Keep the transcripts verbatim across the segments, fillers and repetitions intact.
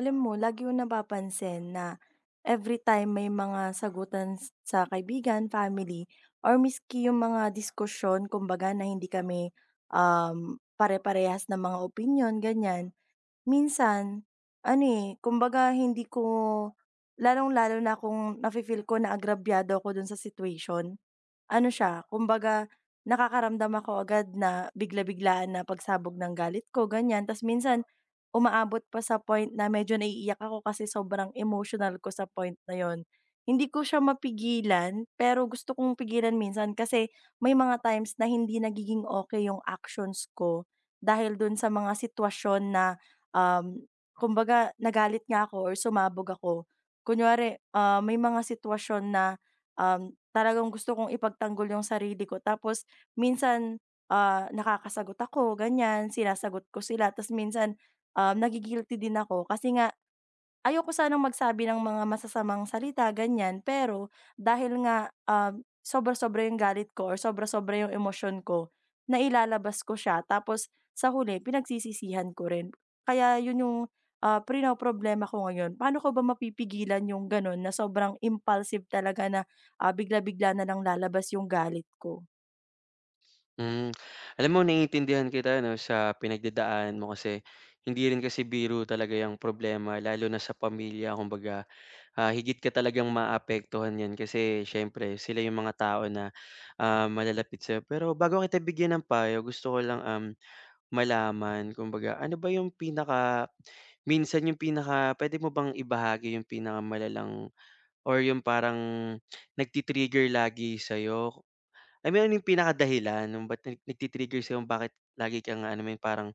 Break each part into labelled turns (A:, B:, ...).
A: Alam mo lagi kong napapansin na every time may mga sagutan s- sa kaibigan, family, or miski yung mga diskusyon kumbaga na hindi kami, um, pare-parehas ng mga opinyon ganyan. Minsan ano, eh, kumbaga hindi ko lalong-lalo na kung nafi-feel ko na agrabyado ako dun sa situation. Ano siya, kumbaga nakakaramdam ako agad na bigla-biglaan na pagsabog ng galit ko, ganyan. Tapos minsan umaabot pa sa point na medyo naiiyak ako kasi sobrang emotional ko sa point na yon. Hindi ko siya mapigilan, pero gusto kong pigilan minsan kasi may mga times na hindi nagiging okay yung actions ko dahil dun sa mga sitwasyon na, um, kumbaga nagalit nga ako or sumabog ako. Kunwari, ah, may mga sitwasyon na Um, talagang gusto kong ipagtanggol yung sarili ko tapos minsan, ah, nakakasagot ako ganyan, sinasagot ko sila ta's minsan, um, nagi-guilty din ako kasi nga ayoko sanang magsabi ng mga masasamang salita ganyan, pero dahil nga, um, sobra-sobra yung galit ko or sobra-sobra yung emosyon ko, nailalabas ko siya tapos sa huli pinagsisisihan ko rin. Kaya yun yung, ah, prino problema ko ngayon. Paano ko ba mapipigilan yung gano'n na sobrang impulsive talaga na, ah, bigla-bigla na lang lalabas yung galit ko?
B: Hmm, Alam mo naiintindihan kita 'no, sa pinagdadaanan mo kasi hindi rin kasi biro talaga yung problema lalo na sa pamilya kumbaga, ah, higit ka talagang maapektuhan niyan kasi siyempre sila 'yung mga tao na, ah, malalapit sa'yo. Pero bago kita bigyan ng payo gusto ko lang, um, malaman kumbaga ano ba 'yung pinaka minsan 'yung pinaka pwede mo bang ibahagi 'yung pinaka malalang or 'yung parang nagti-trigger lagi sa'yo? I mean, ano yung pinakadahilan nung ba't nag nagti-trigger sa'yo bakit lagi kang alam mo parang,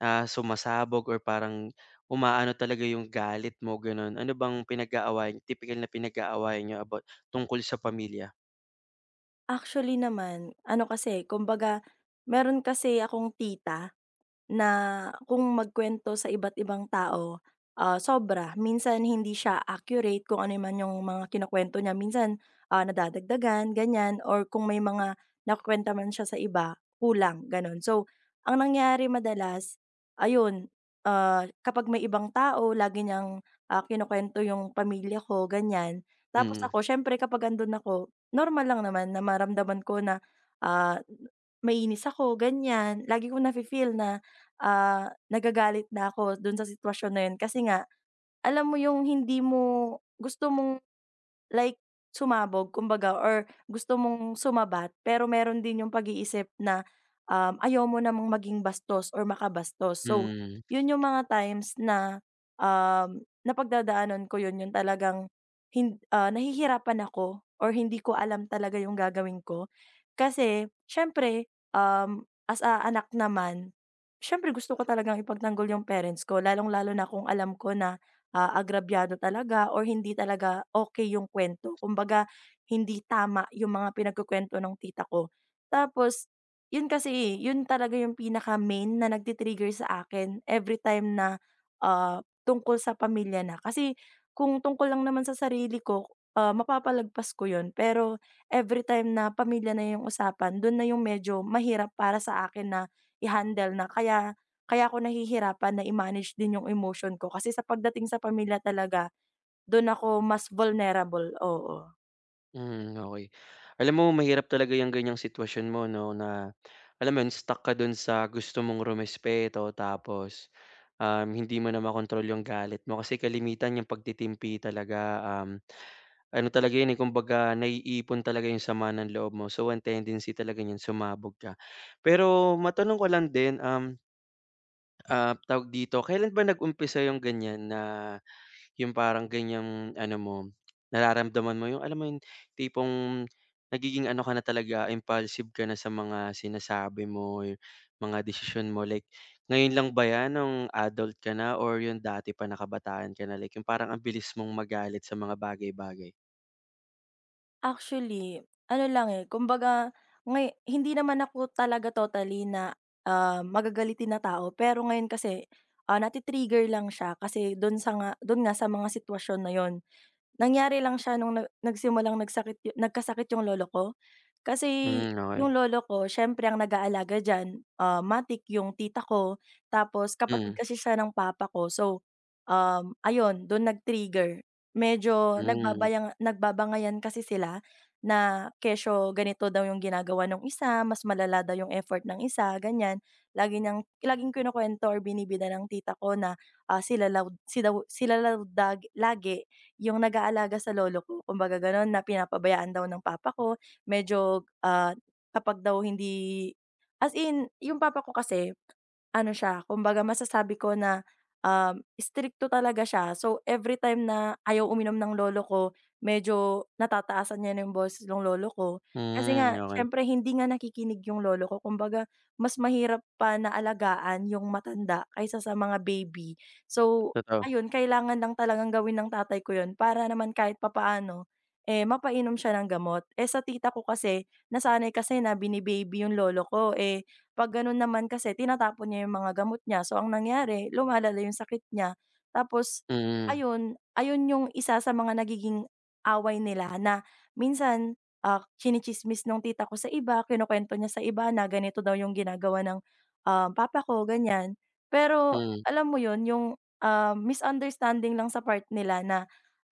B: ah, sumasabog or parang umaano talaga yung galit mo, gano'n? Ano bang pinag-aawayan tipikal na pinag-aawayan niyo about tungkol sa pamilya?
A: Actually naman, ano kasi kumbaga meron kasi akong tita na kung magkwento sa iba't ibang tao, ah, sobra. Minsan hindi siya accurate kung ano man yung mga kinukuwento niya. Minsan, ah, nadadagdagan, ganyan, or kung may mga nakukuwenta man siya sa iba, kulang, gano'n. So, ang nangyari madalas, ayun, ah, kapag may ibang tao lagi niyang, ah, kinukuwento yung pamilya ko, ganyan. Tapos
B: Mm.
A: ako siyempre kapag andun ako, normal lang naman na maramdaman ko na, ah, mainis ako, ganyan. Lagi ko nafi-feel na ah, nagagalit na ako dun sa sitwasyon na yun kasi nga alam mo yung hindi mo gusto mong like, sumabog kumbaga or gusto mong sumabat pero meron din yung pag-iisip na, um, ayaw mo namang maging bastos or makabastos. So,
B: Mm.
A: yun yung mga times na, um, napagdadaanan ko yun, yung talagang hin ah, nahihirapan ako or hindi ko alam talaga yung gagawin ko. Kasi siyempre, um, as a anak naman, siyempre gusto ko talagang ipagtanggol yung parents ko lalong-lalo na kung alam ko na ah, agrabyado talaga or hindi talaga okay yung kuwento. Kumbaga hindi tama yung mga pinagkukwento ng tita ko. Tapos yun kasi, yun talaga yung pinaka-main na nagti sa akin every time na, ah, tungkol sa pamilya na. Kasi kung tungkol lang naman sa sarili ko, ah, mapapalagpas ko yun. Pero every time na pamilya na yung usapan, dun na yung medyo mahirap para sa akin na i-handle na kaya kaya ako nahihirapan na i-manage din yung emotion ko kasi sa pagdating sa pamilya talaga, dun ako mas vulnerable, oo.
B: Mm. Okay. Alam mo mahirap talaga yung ganyang sitwasyon mo 'no, na alam mo yun, stuck ka dun sa gusto mong rumespeto tapos, um, hindi mo na makontrol yung galit mo kasi kalimitan yung pagtitimpi talaga, um ano talaga yun, eh, kumbaga naiipon talaga yung sama ng loob mo. So, ang tendency talaga niyan sumabog ka. Pero matanong ko lang din, um, ah, tawag dito, kailan ba nag-umpisa yung ganyan na yung parang ganyang ano mo, nararamdaman mo yung alam mo yung tipong nagiging ano ka na talaga, impulsive ka na sa mga sinasabi mo, yung mga desisyon mo. Like ngayon lang ba yan nung adult ka na or yung dati pa na kabataan ka na? Like yung parang ang bilis mong magalit sa mga bagay-bagay?
A: Actually, ano lang, eh, kumbaga ngay hindi naman ako talaga totally na, ah, magagalitin na tao pero ngayon kasi, ah, nati lang siya kasi dun sa nga dun nga sa mga sitwasyon na yon. Nangyari lang siya nung nag nagsimulang nagsakit yu nagkasakit yung lolo ko. Kasi
B: Hmm,
A: yung
B: okey.
A: lolo ko siyempre ang nag-aalaga diyan, ah, matic yung tita ko, tapos kapatid
B: Hmm.
A: kasi siya ng papa ko. So, um, ayun dun nag-trigger. Medyo
B: Hmm.
A: nagbabayang nagbabangayan kasi sila na kesyo ganito daw yung ginagawa nung isa, mas malala daw yung effort ng isa, ganyan. Lagi niyang laging kinukuwento or binibida ng tita ko na, ah, sila law si daw sila law dag lagi yung nag-aalaga sa lolo ko kumbaga gano'n, na pinapabayaan daw ng papa ko medyo, ah, kapag daw hindi as in yung papa ko kasi ano siya, kumbaga masasabi ko na, um, strikto talaga siya. So, every time na ayaw uminom ng lolo ko, medyo natataasan niya na yung boses nung lolo ko. Kasi
B: Hmm,
A: nga
B: okey.
A: siyempre hindi nga nakikinig yung lolo ko. Kumbaga mas mahirap pa na alagaan yung matanda kaysa sa mga baby. So,
B: Totoo.
A: ayun kailangan lang talagang gawin ng tatay ko yun para naman kahit papaano, eh, mapainom siya ng gamot. Eh, sa tita ko kasi nasanay kasi na bini-baby yung lolo ko, eh, 'pag gano'n naman kasi tinatapon niya yung mga gamot niya. So, ang nangyari lumalala yung sakit niya. Tapos
B: Mm.
A: ayun, ayun yung isa sa mga nagiging away nila na minsan, ah, tsini nung tita ko sa iba, kinukuwento niya sa iba na ganito daw yung ginagawa ng, um, papa ko, ganyan. Pero
B: Mm.
A: alam mo yun, yung, ah, misunderstanding lang sa part nila na,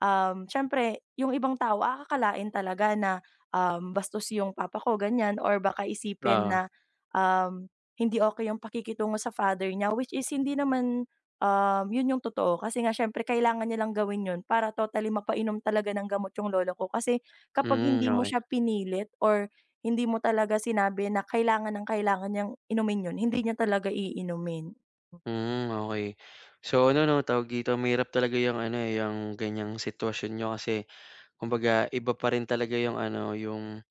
A: um, siyempre yung ibang tao aakalain talaga na, um, bastos yung papa ko, ganyan or baka isipin
B: Oo.
A: na um, hindi okay yung pakikitungo sa father niya, which is hindi naman, um, yun yung totoo kasi nga siyempre kailangan niya lang gawin yun para totally mapainom talaga ng gamot yung lolo ko. Kasi kapag
B: Hmm,
A: hindi mo
B: okey.
A: siya pinilit or hindi mo talaga sinabi na kailangan ng kailangan niyang inumin yun, hindi niya talaga iinumin.
B: Hmm, okey. So ano 'no, tawag dito, mahirap talaga yung ano, eh, yung ganyang sitwasyon niyo kasi kumbaga iba pa rin talaga yung ano, yung,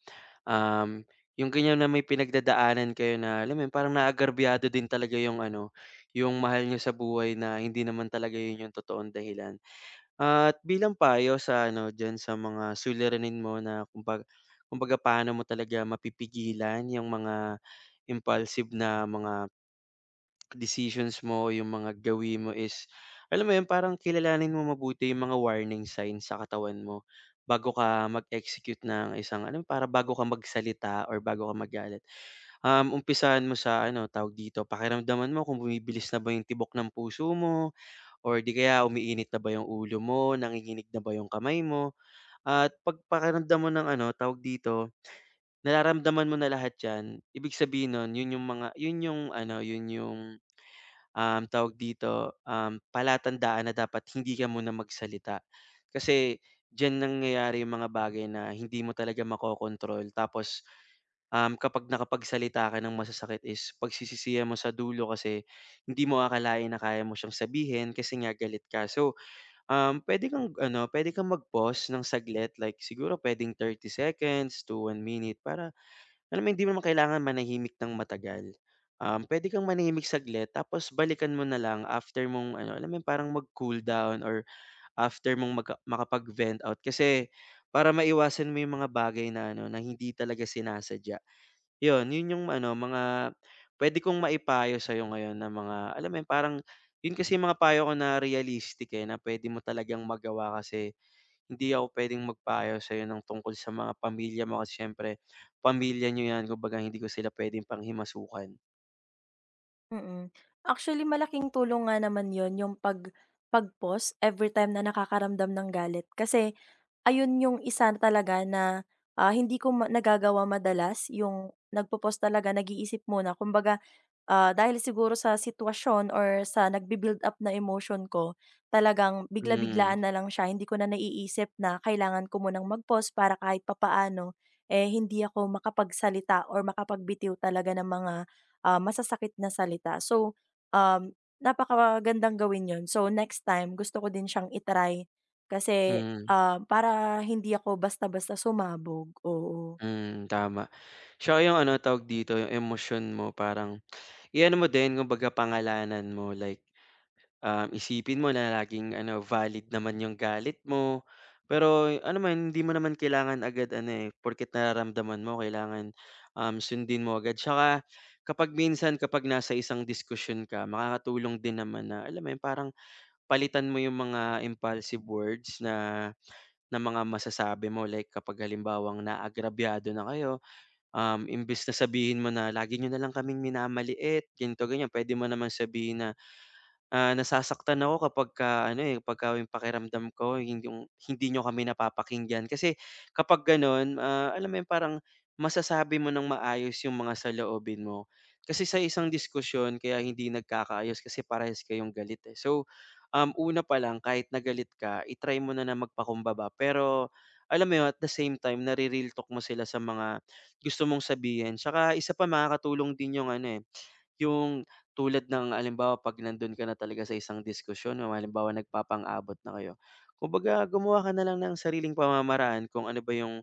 B: um, yung ganyan na may pinagdadaanan kayo na alam mo yun, parang naagarbyado din talaga yung ano, yung mahal niyo sa buhay na hindi naman talaga yun yung totoong dahilan. At bilang payo sa ano diyan sa mga suliranin mo na kumbaga kumbaga paano mo talaga mapipigilan yung mga impulsive na mga decisions mo, yung mga gawin mo is alam mo yun parang kilalanin mo mabuti yung mga warning signs sa katawan mo bago ka mag-execute ng isang alam para bago ka magsalita or bago ka magalit. Um, umpisahan mo sa ano, tawag dito, pakiramdaman mo kung bumibilis na ba yung tibok ng puso mo, or di kaya umiinit na ba yung ulo mo, nanginginig na ba yung kamay mo, at 'pag pakiramdam mo ng ano, tawag dito, nararamdaman mo na lahat 'yan, ibig sabihin nun yun yung mga yun yung ano, yun yung, um, tawag dito, um, palatandaan na dapat hindi ka muna magsalita. Kasi diyan nangyayari yung mga bagay na hindi mo talaga makokontrol tapos, um, kapag nakapagsalita ka ng masasakit is pagsisisihan mo sa dulo kasi hindi mo akalain na kaya mo siyang sabihin kasi nga galit ka. So, Um, puwede kang ano, puwede kang mag-pause ng saglit like siguro puwedeng thirty seconds to one minute para alam mo hindi mo naman kailangan manahimik ng matagal. Um, puwede kang manahimik saglit tapos balikan mo na lang after mong ano, alam mo yun parang mag-cool down or after mong maka makapag-vent out kasi para maiwasan mo yung mga bagay na ano, na hindi talaga sinasadya. Yun, yun yung ano, mga puwede kong maipayo sa'yo ngayon na mga alam mo yun, parang yun kasi yung mga payo ko na realistic, eh, na puwede mo talagang magawa kasi hindi ako puwedeng magpayo sa'yo ng tungkol sa mga pamilya mo kasi siyempre pamilya nyo 'yan, kumbaga hindi ko sila puwedeng panghimasukan.
A: Mm. Actually, malaking tulong nga naman yon yung pag pag-pause every time na nakakaramdam ng galit. Kasi ayun yung isa talaga na, ah, hindi ko ma nagagawa madalas, yung nagpo-pause talaga, nag-iisip muna. Kumbaga ah, dahil siguro sa sitwasyon or sa nagbi-build up na emotion ko, talagang
B: Hmm.
A: bigla-biglaan na lang siya. Hindi ko na naiisip na kailangan ko munang mag-pause para kahit papaano, eh, hindi ako makapagsalita or makapagbitiw talaga ng mga, ah, masasakit na salita. So, um, napakagandang gawin 'yon. So, next time gusto ko din siyang i-try kasi,
B: Mm.
A: ah, para hindi ako basta-basta sumabog, oo.
B: Mm, tama. Tsaka yung ano, tawag dito, yung emosyon mo parang iyan mo din, kumbaga pangalanan mo like Um, isipin mo na laging ano, valid naman yung galit mo. Pero ano man, hindi mo naman kailangan agad ano eh, porket nararamdaman mo, kailangan um, sundin mo agad. Tsaka kapag minsan, kapag nasa isang diskusyon ka, makakatulong din naman na, alam mo yun, parang palitan mo yung mga impulsive words na, na mga masasabi mo. Like kapag halimbawang naagrabyado na kayo, um, imbis na sabihin mo na, lagi nyo na lang kaming minamaliit, ganito, ganyan, pwede mo naman sabihin na, ah, nasasaktan ako kapagka ano, eh, pagka yung pakiramdam ko hindi yung hindi niyo kami napapakinggan. Kasi kapag gano'n, ah, alam mo yun parang masasabi mo ng maayos yung mga saloobin mo. Kasi sa isang diskusyon kaya hindi nagkakaayos kasi parehas kayong galit, eh. So, um, una pa lang kahit na galit ka i mo na na magpakumbaba pero alam mo yun at the same time nare-real talk mo sila sa mga gusto mong sabihin. Tsaka isa pa makakatulong din yung ano, eh, yung tulad ng halimbawa 'pag nandun ka na talaga sa isang diskusyon o halimbawa nagpapang-abot na kayo, kumbaga gumawa ka na lang ng sariling pamamaraan kung ano ba yung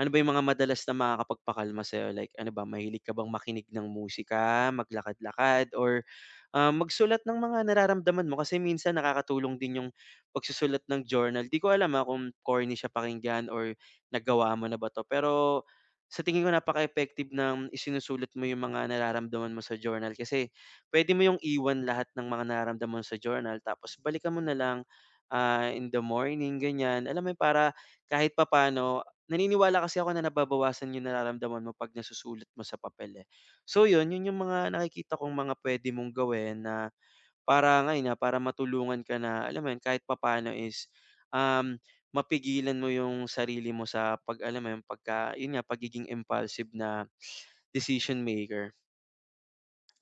B: ano ba yung mga madalas na makakapagpakalma sa'yo, like ano ba, mahilig ka bang makinig ng musika, maglakad-lakad or ah, magsulat ng mga nararamdaman mo kasi minsan nakakatulong din yung pagsusulat ng journal. Di ko alam, ah, kung corny siya pakinggan or nagawa mo na ba 'to, pero sa tingin ko napaka-effective ng isinusulat mo yung mga nararamdaman mo sa journal kasi puwede mo yung iwan lahat ng mga nararamdaman mo sa journal tapos balikan mo na lang, ah, in the morning, ganyan. Alam mo yun, para kahit papaano naniniwala kasi ako na nababawasan yung nararamdaman mo 'pag nasusulat mo sa papel, eh. So yun, yun yung mga nakikita kong mga puwede mong gawin na para ngayon, na para matulungan ka na alam mo yun, kahit papaano is, um, mapigilan mo yung sarili mo sa 'pag alam mo yun, pagka yun nga, pagiging impulsive na decision maker.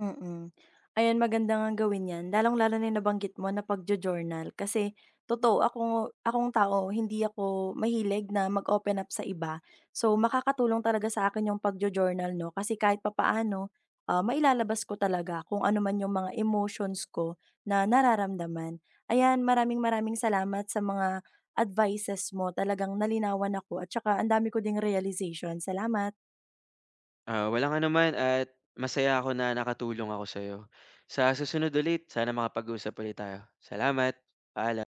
A: Mm. Ayan, maganda ngang gawin 'yan, lalong-lalo na yung nabanggit mo na pagjo-journal kasi totoo ako akong tao hindi ako mahilig na mag-open up sa iba. So, makakatulong talaga sa akin yung pagjo-journal 'no, kasi kahit papaano, ah, mailalabas ko talaga kung ano man yung mga emotions ko na nararamdaman. Ayan, maraming-maraming salamat sa mga advices mo, talagang nalinawan ako at saka ang dami ko ding realization. Salamat.
B: Ah, walang anuman at masaya ako na nakatulong ako sa sa'yo. Sa susunod ulit, sana makapag-usap ulit tayo. Salamat, paalam.